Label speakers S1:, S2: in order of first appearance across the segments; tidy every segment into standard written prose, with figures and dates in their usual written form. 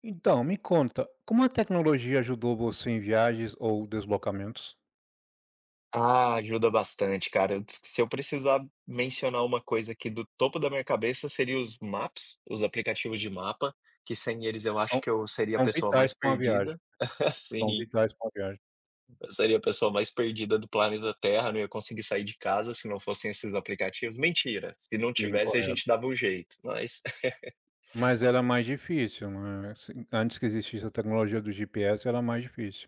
S1: Então, me conta, como a tecnologia ajudou você em viagens ou deslocamentos?
S2: Ah, ajuda bastante, cara. Se eu precisar mencionar uma coisa aqui do topo da minha cabeça, seria os Maps, os aplicativos de mapa, que sem eles eu acho
S1: São
S2: que eu seria a
S1: são
S2: pessoa
S1: vitais
S2: mais
S1: para uma viagem,
S2: perdida.
S1: são
S2: Sim,
S1: vitais para uma viagem.
S2: eu seria a pessoa mais perdida do planeta Terra, não ia conseguir sair de casa se não fossem esses aplicativos. Mentira, se não
S1: Sim,
S2: tivesse a
S1: correto.
S2: gente dava um jeito, mas
S1: Mas era mais difícil, né, assim, antes que existisse a tecnologia do GPS era mais difícil.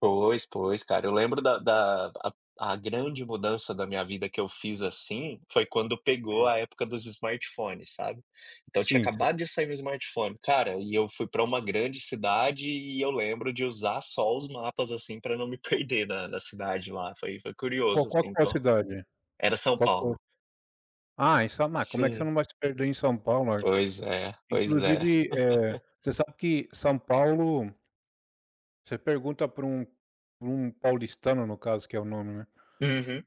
S2: pois, pois, cara. Eu lembro da da a grande mudança da minha vida que eu fiz, assim, foi quando pegou
S1: Hum.
S2: a época dos smartphones, sabe. Então tinha
S1: Sim, você
S2: acabado de sair meu smartphone. Cara, e eu fui para uma grande cidade e eu lembro de usar só os mapas, assim, para não me perder na cidade lá. Foi
S1: qual
S2: curioso,
S1: qual
S2: assim,
S1: que foi a
S2: então
S1: cidade?
S2: era São
S1: Qual que foi?
S2: Paulo.
S1: Ah, em São Paulo. Como é que você
S2: Sim.
S1: não vai se perder em São Paulo,
S2: Pois é, pois é.
S1: Inclusive, você sabe que São Paulo, você pergunta para um paulistano, no caso, que é o nome, né?
S2: Uhum.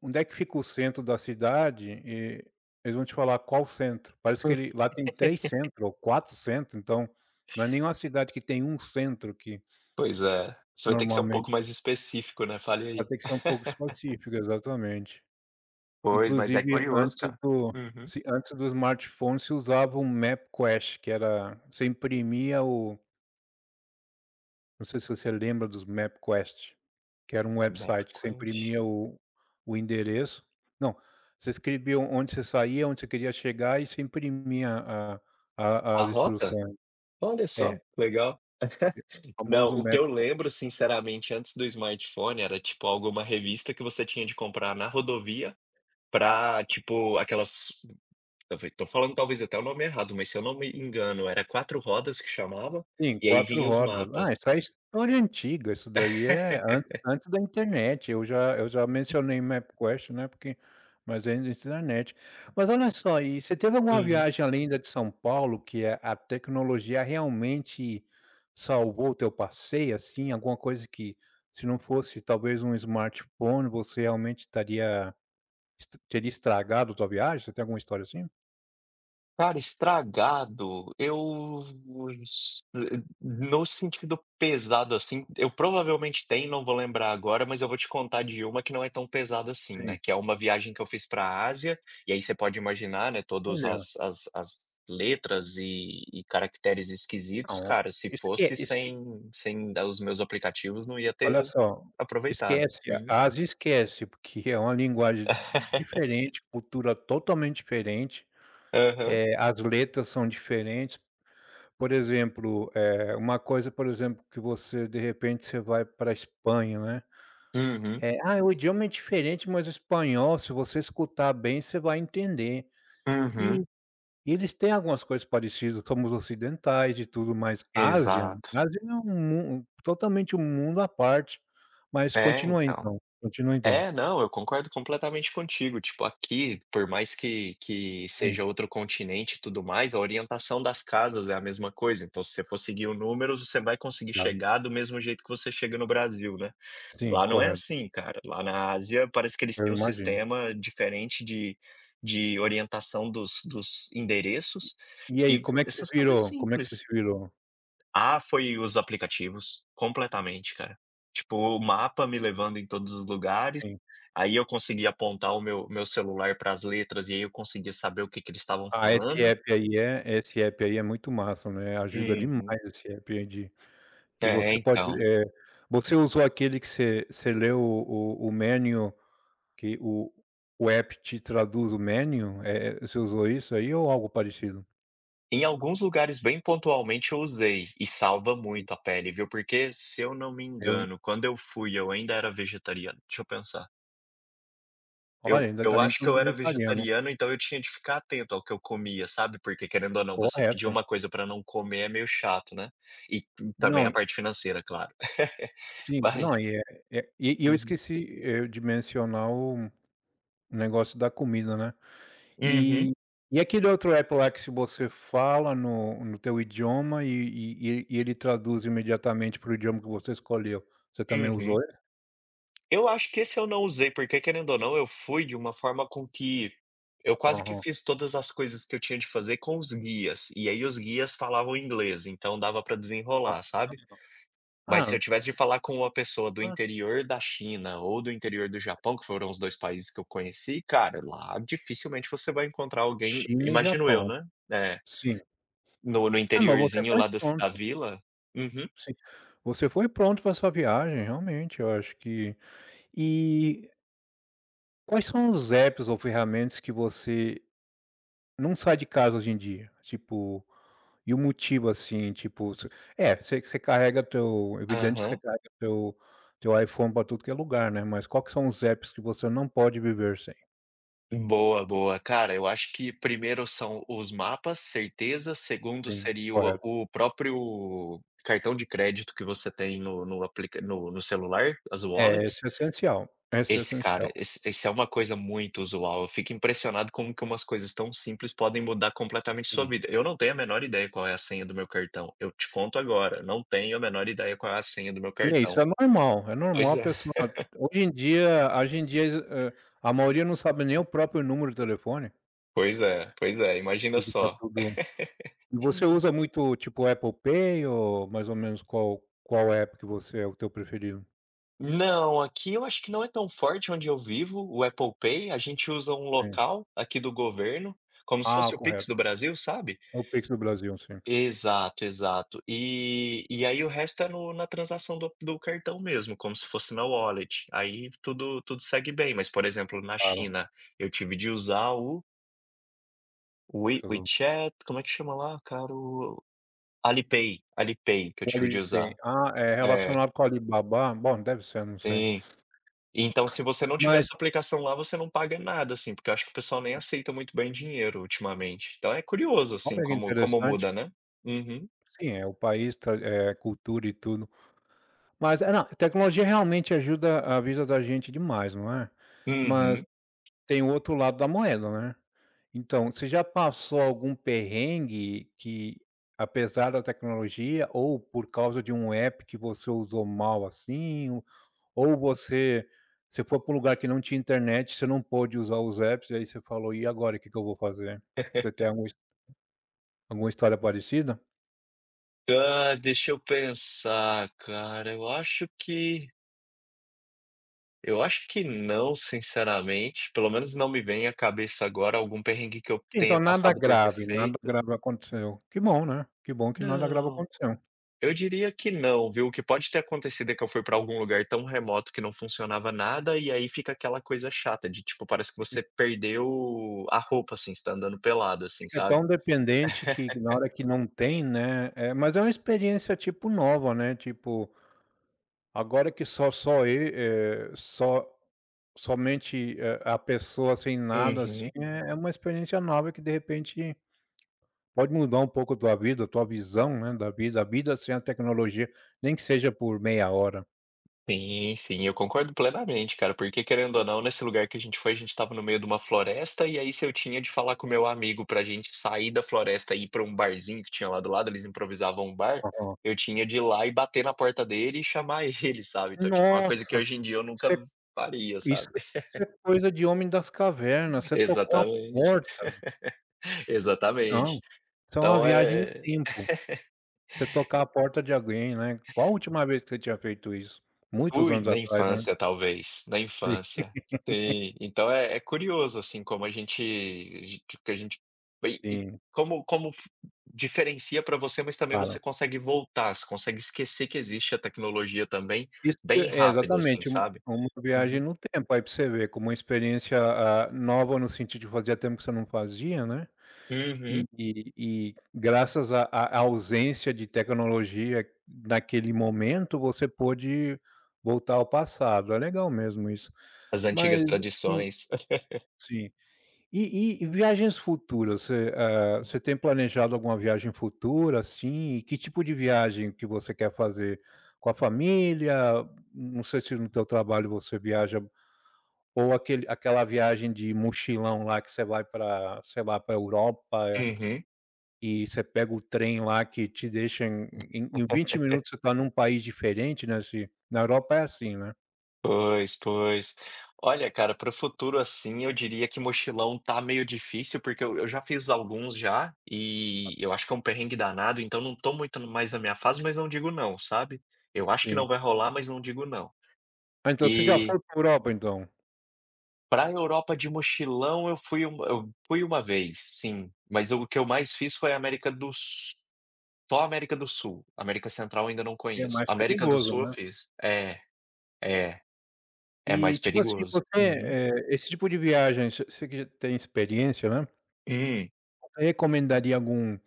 S1: O Onde é que fica o centro da cidade, e eles vão te falar qual centro. Parece que ele lá tem 3 centros ou 4 centros. Então não é nenhuma cidade que tem um centro que
S2: Pois é. Você vai ter que ser um pouco
S1: normalmente
S2: mais específico, né. Fale
S1: vai ter que
S2: aí.
S1: ser um pouco específico, exatamente.
S2: Pois, mas é
S1: Inclusive
S2: curioso,
S1: antes
S2: cara.
S1: do
S2: Uhum.
S1: se Antes do smartphone se usava um MapQuest, que era você imprimia o Não sei se você lembra dos MapQuest, que era um
S2: Map
S1: website que você
S2: Quest.
S1: imprimia o endereço, não, você escrevia onde você saía, onde você queria chegar e você imprimia a a
S2: A
S1: as
S2: rota?
S1: instruções.
S2: Olha só,
S1: É,
S2: legal. Não,
S1: famoso
S2: o que eu
S1: MapQuest.
S2: lembro, sinceramente, antes do smartphone era tipo alguma revista que você tinha de comprar na rodovia pra, tipo, aquelas talvez tô falando talvez até o nome errado, mas se eu não me engano, era Quatro Rodas que chamava,
S1: Sim,
S2: e aí
S1: 4
S2: vinha os
S1: rodas.
S2: mapas.
S1: Ah, isso é história antiga, isso daí é antes da internet, eu já mencionei MapQuest, né, porque mas ainda antes da internet. Mas olha só, e você teve alguma
S2: Uhum.
S1: viagem além da de São Paulo que a tecnologia realmente salvou o teu passeio, assim, alguma coisa que se não fosse talvez um smartphone, você realmente estaria est teria estragado a tua viagem? Você tem alguma história assim?
S2: Cara, estragado, eu no sentido pesado, assim, eu provavelmente tenho, não vou lembrar agora, mas eu vou te contar de uma que não é tão pesado assim, né,
S1: Sim,
S2: que é uma viagem que eu fiz para a Ásia, e aí você pode imaginar, né, todos
S1: olha,
S2: as letras e caracteres esquisitos,
S1: não,
S2: cara, se
S1: esque
S2: fosse
S1: esque
S2: sem sem da os meus aplicativos, não ia
S1: Olha
S2: ter
S1: só,
S2: aproveitado.
S1: esquece,
S2: Uhum.
S1: a Ásia esquece, porque é uma linguagem diferente, cultura totalmente diferente,
S2: Aham.
S1: as letras são diferentes. Por exemplo, uma coisa, por exemplo, que você de repente você vai pra Espanha, né,
S2: Uhum.
S1: "Ah, o idioma é diferente, mas o espanhol, se você escutar bem, você vai entender".
S2: Uhum.
S1: E eles têm algumas coisas parecidas, somos ocidentais e tudo,
S2: Exato.
S1: Ásia é um mun totalmente um mundo à parte. Mas
S2: É,
S1: continua
S2: então.
S1: então, continua então.
S2: É, não, eu concordo completamente contigo. Tipo, aqui, por mais que
S1: Sim,
S2: seja outro continente e tudo mais, a orientação das casas é a mesma coisa. Então, se você for seguir o número, você vai conseguir
S1: claro.
S2: chegar do mesmo jeito que você chega no Brasil, né.
S1: Sim,
S2: Lá não é
S1: correto.
S2: assim, cara. Lá na Ásia, parece que eles
S1: Eu
S2: têm um
S1: imagino.
S2: sistema diferente de orientação dos endereços
S1: E aí,
S2: e
S1: como é que se
S2: essas coisas
S1: virou? Como é que você
S2: simples.
S1: se virou?
S2: Ah, foi os aplicativos, completamente, cara. Tipo, o mapa me levando em todos os lugares.
S1: Sim.
S2: Aí eu conseguia apontar o meu celular para as letras e aí eu conseguia saber o que que eles estavam falando.
S1: Esse app aí é muito massa, né, ajuda demais
S2: Uhum.
S1: esse app aí de que
S2: É,
S1: você pode,
S2: então.
S1: você usou aquele que você leu o menu que o app te traduz o menu? Eh, você usou isso aí ou algo parecido?
S2: Em alguns lugares bem pontualmente eu usei, e salva
S1: Sim,
S2: muito a pele, viu, porque se eu não me
S1: eu
S2: engano, quando eu fui eu ainda era vegetariano, deixa eu pensar.
S1: olha,
S2: Eu
S1: ainda
S2: eu
S1: além de
S2: acho que eu
S1: tudo
S2: era
S1: vegetariano.
S2: vegetariano, então eu tinha de ficar atento ao que eu comia, sabe, porque querendo ou não, você pedir
S1: Correto.
S2: uma coisa para não comer é meio chato, né. E também
S1: Não,
S2: a parte financeira, claro.
S1: sim,
S2: Mas
S1: não, e é é eu
S2: uhum.
S1: esqueci, de mencionar o O negócio da comida, né.
S2: Uhum,
S1: E aquele outro app lá que se você fala no teu idioma e ele traduz imediatamente para o idioma que você escolheu, você também
S2: uhum.
S1: usou ele?
S2: Eu acho que esse eu não usei, porque querendo ou não, eu fui de uma forma com que eu quase que
S1: Aham.
S2: fiz todas as coisas que eu tinha de fazer com os guias, e aí os guias falavam inglês, então dava pra
S1: Ah,
S2: desenrolar, sabe. Mas se eu
S1: ah,
S2: tivesse de falar com uma pessoa do
S1: ah,
S2: interior da China ou do interior do Japão, que foram os 2 países que eu conheci, cara, lá dificilmente você vai encontrar alguém,
S1: China e
S2: imagino eu,
S1: Japão,
S2: né. É,
S1: sim.
S2: no no
S1: Ah, mas você
S2: interiorzinho
S1: foi
S2: lá das da
S1: pronto,
S2: vila. Uhum.
S1: sim. Você foi pronto para sua viagem, realmente, eu acho que e quais são os apps ou ferramentas que você não sai de casa hoje em dia? Tipo e o motivo, assim, tipo, se é, você carrega teu é evidente que você
S2: Aham.
S1: carrega teu teu iPhone para tudo que é lugar, né, mas qual que são os apps que você não pode viver sem?
S2: Boa, boa. Cara, eu acho que primeiro são os mapas, certeza. Segundo
S1: Sim,
S2: seria
S1: correto.
S2: o próprio cartão de crédito que você tem no no aplica no no celular, as
S1: É,
S2: wallets.
S1: esse é
S2: Esse cara,
S1: essencial,
S2: esse é uma coisa muito usual. Eu fico impressionado como que umas coisas tão simples podem mudar completamente sua
S1: sim.
S2: vida. Eu não tenho a menor ideia qual é a senha do meu cartão. Eu te conto agora, não tenho a menor ideia qual é a senha do meu
S1: E é isso,
S2: cartão.
S1: é normal
S2: Pois
S1: a
S2: é,
S1: pessoa hoje em dia, a maioria não sabe nem o próprio número de telefone,
S2: pois é, pois é, imagina
S1: porque tá
S2: só.
S1: tudo e você usa muito, tipo, Apple Pay ou mais ou menos qual app que você é o teu preferido?
S2: Não, aqui eu acho que não é tão forte onde eu vivo, o Apple Pay, a gente usa um
S1: Sim.
S2: local aqui do governo, como se
S1: Ah,
S2: fosse o Pix
S1: correto.
S2: do Brasil, sabe?
S1: É o Pix do Brasil, sim.
S2: Exato, exato. E aí o resto é na transação do, do cartão mesmo, como se fosse na wallet. Aí tudo, tudo segue bem. Mas, por exemplo, na
S1: Claro.
S2: China, eu tive de usar o WeChat, como é que chama lá, cara? O Alipay, Alipay que eu
S1: O
S2: tive de
S1: Alipay.
S2: usar.
S1: Ah, é
S2: É,
S1: relacionado com o Alibaba? Bom, deve ser, não sei.
S2: sim. Então, se você não tiver
S1: Mas
S2: essa aplicação lá, você não paga nada, assim, porque eu acho que o pessoal nem aceita muito bem dinheiro ultimamente. Então é curioso, assim,
S1: olha que
S2: como
S1: interessante.
S2: muda, né. Uhum.
S1: Sim, é o país, cultura e tudo. Mas é, não, tecnologia realmente ajuda a vida da gente demais, não é? Mas
S2: Uhum.
S1: tem o outro lado da moeda, né. Então, você já passou algum perrengue que, apesar da tecnologia ou por causa de um app que você usou mal, assim? Ou você foi para um lugar que não tinha internet, você não pôde usar os apps, e aí você falou: "E agora, o que que eu vou fazer?". Você tem alguma história parecida?
S2: Ah, deixa eu pensar, cara, eu acho que não, sinceramente, pelo menos não me vem à cabeça agora algum perrengue que eu
S1: Então,
S2: tenha
S1: nada
S2: passado por ter
S1: grave, nada
S2: feito.
S1: grave aconteceu. Que bom, né, que bom que nada grave
S2: Não.
S1: aconteceu.
S2: Eu diria que não, viu. O que pode ter acontecido é que eu fui para algum lugar tão remoto que não funcionava nada, e aí fica aquela coisa chata de, tipo, parece que você perdeu a roupa, assim, você tá andando pelado, assim,
S1: Fica
S2: sabe.
S1: tão dependente que na hora que não tem, né, mas é uma experiência, tipo, nova, né, tipo, agora que só só e eh, só somente, a pessoa sem nada, assim,
S2: Uhum.
S1: é uma experiência nova que de repente pode mudar um pouco a tua vida, a tua visão, né, da vida, a vida sem a tecnologia, nem que seja por meia hora.
S2: Sim, sim, eu concordo plenamente, cara, porque querendo ou não, nesse lugar que a gente foi, a gente estava no meio de uma floresta, e aí se eu tinha de falar com meu amigo pra gente sair da floresta e ir pra um barzinho que tinha lá do lado, eles improvisavam um bar,
S1: Aham.
S2: eu tinha de ir lá e bater na porta dele e chamar ele, sabe. Então, tipo, é uma coisa que
S1: Nossa,
S2: hoje em dia eu nunca
S1: isso é
S2: faria,
S1: isso
S2: sabe.
S1: isso é coisa de homem das cavernas, você tocou a
S2: Exatamente,
S1: porta. Não,
S2: exatamente.
S1: isso é uma
S2: Então
S1: viagem no
S2: é
S1: tempo, você tocar a porta de alguém, né. Qual a última vez que você tinha feito isso? Muitos
S2: ui,
S1: anos
S2: na
S1: atrás, né.
S2: infância talvez, na
S1: Sim,
S2: infância. Sim, então é é curioso, assim, como a gente que a gente bem e
S1: sim,
S2: como como f diferencia para você, mas também você
S1: claro.
S2: consegue voltar, você consegue esquecer que existe a tecnologia também,
S1: Isso que
S2: bem
S1: é,
S2: rápido, assim,
S1: exatamente,
S2: sabe.
S1: uma viagem
S2: Uhum.
S1: no tempo, aí pra você ver, como uma experiência, nova no sentido de fazia tempo que você não fazia, né.
S2: Uhum.
S1: E e e graças à ausência de tecnologia naquele momento, você pôde voltar ao passado. É legal mesmo isso.
S2: As
S1: Mas
S2: antigas
S1: sim,
S2: tradições.
S1: sim. E viagens futuras, você, você tem planejado alguma viagem futura, assim? E que tipo de viagem que você quer fazer? Com a família? Não sei se no teu trabalho você viaja ou aquele aquela viagem de mochilão lá que você vai para, sei lá, para Europa é?
S2: Uhum.
S1: E você pega o trem lá que te deixa em 20 minutos você está num país diferente, né, se na Europa é assim, né.
S2: Pois, pois. Olha, cara, para o futuro, assim, eu diria que mochilão tá meio difícil, porque eu já fiz alguns já, e eu acho que é um perrengue danado, então não tô muito mais na minha fase, mas não digo não, sabe. Eu acho que
S1: Sim.
S2: não vai rolar, mas não digo não.
S1: Ah, então você já foi
S2: E
S1: para Europa então?
S2: para a Europa de mochilão eu fui uma vez, sim, mas o que eu mais fiz foi a América do Sul. Só a América do Sul, América Central eu ainda não
S1: É
S2: conheço.
S1: mais
S2: América do
S1: perigoso,
S2: Sul eu
S1: né.
S2: fiz. É, é, é
S1: E
S2: mais
S1: tipo assim,
S2: perigoso.
S1: você,
S2: Uhum.
S1: esse tipo de viagem, você que já tem experiência, né,
S2: Hum.
S1: você recomendaria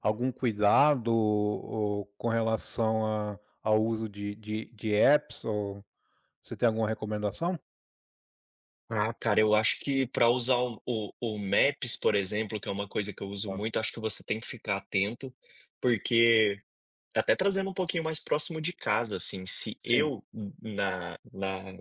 S1: algum cuidado ou com relação a ao uso de apps ou você tem alguma recomendação?
S2: Ah, cara, eu acho que para usar o Maps, por exemplo, que é uma coisa que eu uso
S1: Tá,
S2: muito, acho que você tem que ficar atento, porque tá até trazendo um pouquinho mais próximo de casa, assim, se
S1: sim.
S2: eu, na, na,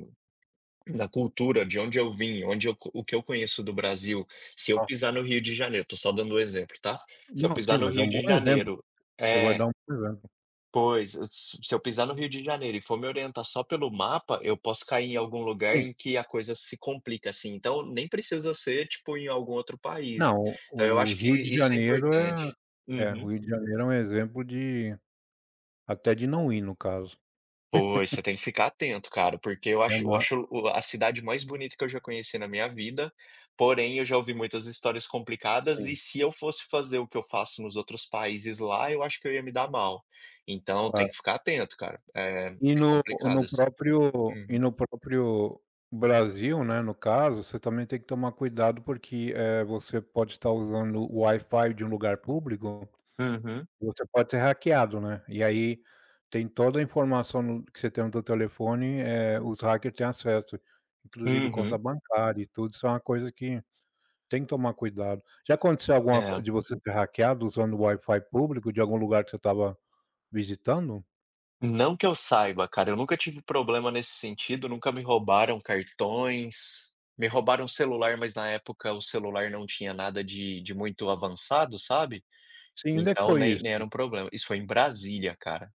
S2: na cultura de onde eu vim, onde eu, o que eu conheço do Brasil, se eu
S1: Aham.
S2: pisar no Rio de Janeiro, tô só dando um exemplo, tá? Se eu
S1: Não, sim,
S2: pisar no
S1: mas é
S2: Rio
S1: um bom
S2: de
S1: exemplo.
S2: Janeiro,
S1: Você vai
S2: é.
S1: dar um bom exemplo.
S2: Pois, se eu pisar no Rio de Janeiro e for me orientar só pelo mapa, eu posso cair em algum lugar
S1: Sim.
S2: em que a coisa se complica, assim, então nem precisa ser, tipo, em algum outro país.
S1: Não,
S2: Então eu
S1: o
S2: acho que
S1: Rio de
S2: isso é
S1: Janeiro é
S2: importante.
S1: é,
S2: Uhum.
S1: o Rio de Janeiro é um exemplo de até de não ir, no caso.
S2: Pois, você tem que ficar atento, cara, porque eu
S1: É
S2: acho eu
S1: uma
S2: acho o a cidade mais bonita que eu já conheci na minha vida, porém eu já ouvi muitas histórias complicadas e
S1: sim,
S2: se eu fosse fazer o que eu faço nos outros países lá, eu acho que eu ia me dar mal. Então tem
S1: claro.
S2: que ficar atento, cara. É
S1: E
S2: é
S1: no
S2: complicado, assim. Uhum.
S1: próprio Brasil, né, no caso, você também tem que tomar cuidado, porque, você pode estar usando o Wi-Fi de um lugar público,
S2: Uhum,
S1: você pode ser hackeado, né, e aí tem toda a informação no que você tem no teu telefone, os hackers têm acesso, inclusive conta
S2: uhum.
S1: bancária e tudo, isso é uma coisa que tem que tomar cuidado. Já aconteceu alguma co
S2: É.
S1: de você ser hackeado usando o Wi-Fi público de algum lugar que você estava visitando?
S2: Não que eu saiba, cara, eu nunca tive problema nesse sentido, nunca me roubaram cartões, me roubaram celular, mas na época o celular não tinha nada de muito avançado, sabe,
S1: Sim, onde é que
S2: então
S1: foi
S2: nem
S1: isso?
S2: nem era um problema. Isso foi em Brasília, cara,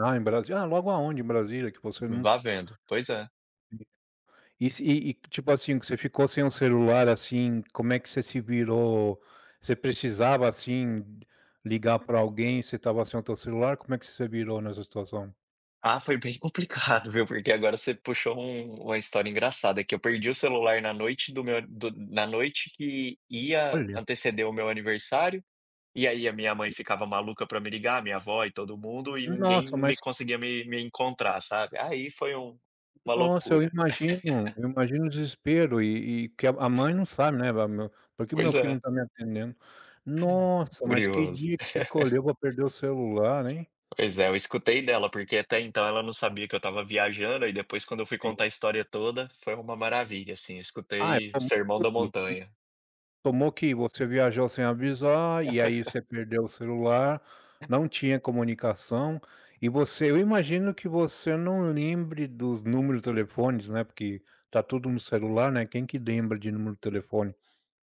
S1: Ah, em Brasi ah, logo aonde em Brasília que você não
S2: vá vendo. Pois é.
S1: e se e e tipo assim, que você ficou sem o celular, assim, como é que você se virou? Você precisava, assim, ligar pra alguém, você estava sem o teu celular, como é que você se virou nessa situação?
S2: Ah, foi bem complicado, viu, porque agora você puxou uma história engraçada, que eu perdi o celular na noite do meu do na noite que ia
S1: Olha,
S2: anteceder o meu aniversário. E aí a minha mãe ficava maluca para me ligar, minha avó e todo mundo, e ninguém
S1: nossa,
S2: me
S1: mas
S2: conseguia me me encontrar, sabe. Aí foi uma
S1: nossa,
S2: loucura.
S1: eu imagino o desespero e que a mãe não sabe, né, va meu "Por que o meu
S2: Pois
S1: filho não
S2: é,
S1: tá me atendendo?". Nossa, mas que
S2: curioso.
S1: dia que você escolheu para perder o celular, hein?
S2: Pois é, eu escutei dela, porque até então ela não sabia que eu estava viajando, e depois quando eu fui contar
S1: Sim.
S2: a história toda, foi uma maravilha, assim, eu
S1: Ah, é,
S2: escutei o
S1: tomou
S2: sermão da
S1: tudo.
S2: montanha.
S1: Tomou que você viajou sem avisar e aí você perdeu o celular, não tinha comunicação e você eu imagino que você não lembre dos números de telefones, né, porque tá tudo no celular, né, quem que lembra de número de telefone?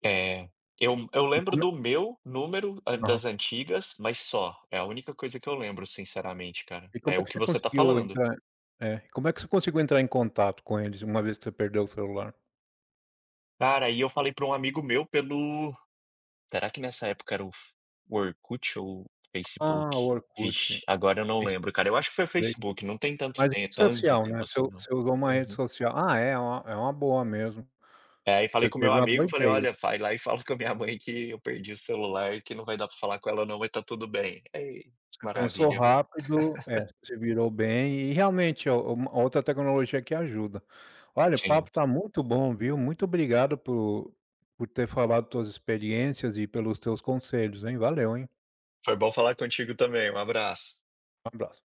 S2: É, eu
S1: E
S2: lembro
S1: como é
S2: do meu número, hã,
S1: aham.
S2: das antigas, mas só, é a única coisa que eu lembro, sinceramente, cara,
S1: E como
S2: é
S1: é
S2: o
S1: que
S2: que
S1: você
S2: você tá
S1: conseguiu
S2: falando.
S1: entrar como é que você conseguiu entrar em contato com eles uma vez que você perdeu o celular?
S2: Cara, aí eu falei para um amigo meu pelo… Será que nessa época era o Orkut ou o Facebook?
S1: Ah, o
S2: Vixe,
S1: Orkut.
S2: agora eu não
S1: Isso,
S2: lembro, cara. Eu acho que foi o
S1: três.
S2: Facebook, não tem tanto
S1: Mas
S2: tem
S1: rede
S2: tanto
S1: social,
S2: tempo
S1: né,
S2: assim não.
S1: você usou uma rede
S2: Uhum.
S1: social. Ah, é uma boa mesmo.
S2: É, aí falei
S1: Você
S2: com
S1: teve
S2: meu
S1: uma boa
S2: amigo, falei:
S1: ideia.
S2: "Olha, vai lá e fala com a minha mãe que eu perdi o celular, que não vai dar pra falar com ela não, mas tá tudo bem". Ei,
S1: Você pensou
S2: maravilha, viu.
S1: rápido, é, você se virou bem e realmente é uma outra tecnologia que ajuda. Olha, o papo
S2: Sim,
S1: está muito bom, viu. Muito obrigado por ter falado tuas experiências e pelos teus conselhos, hein. Valeu, hein.
S2: foi bom falar contigo também, um abraço.
S1: Um abraço.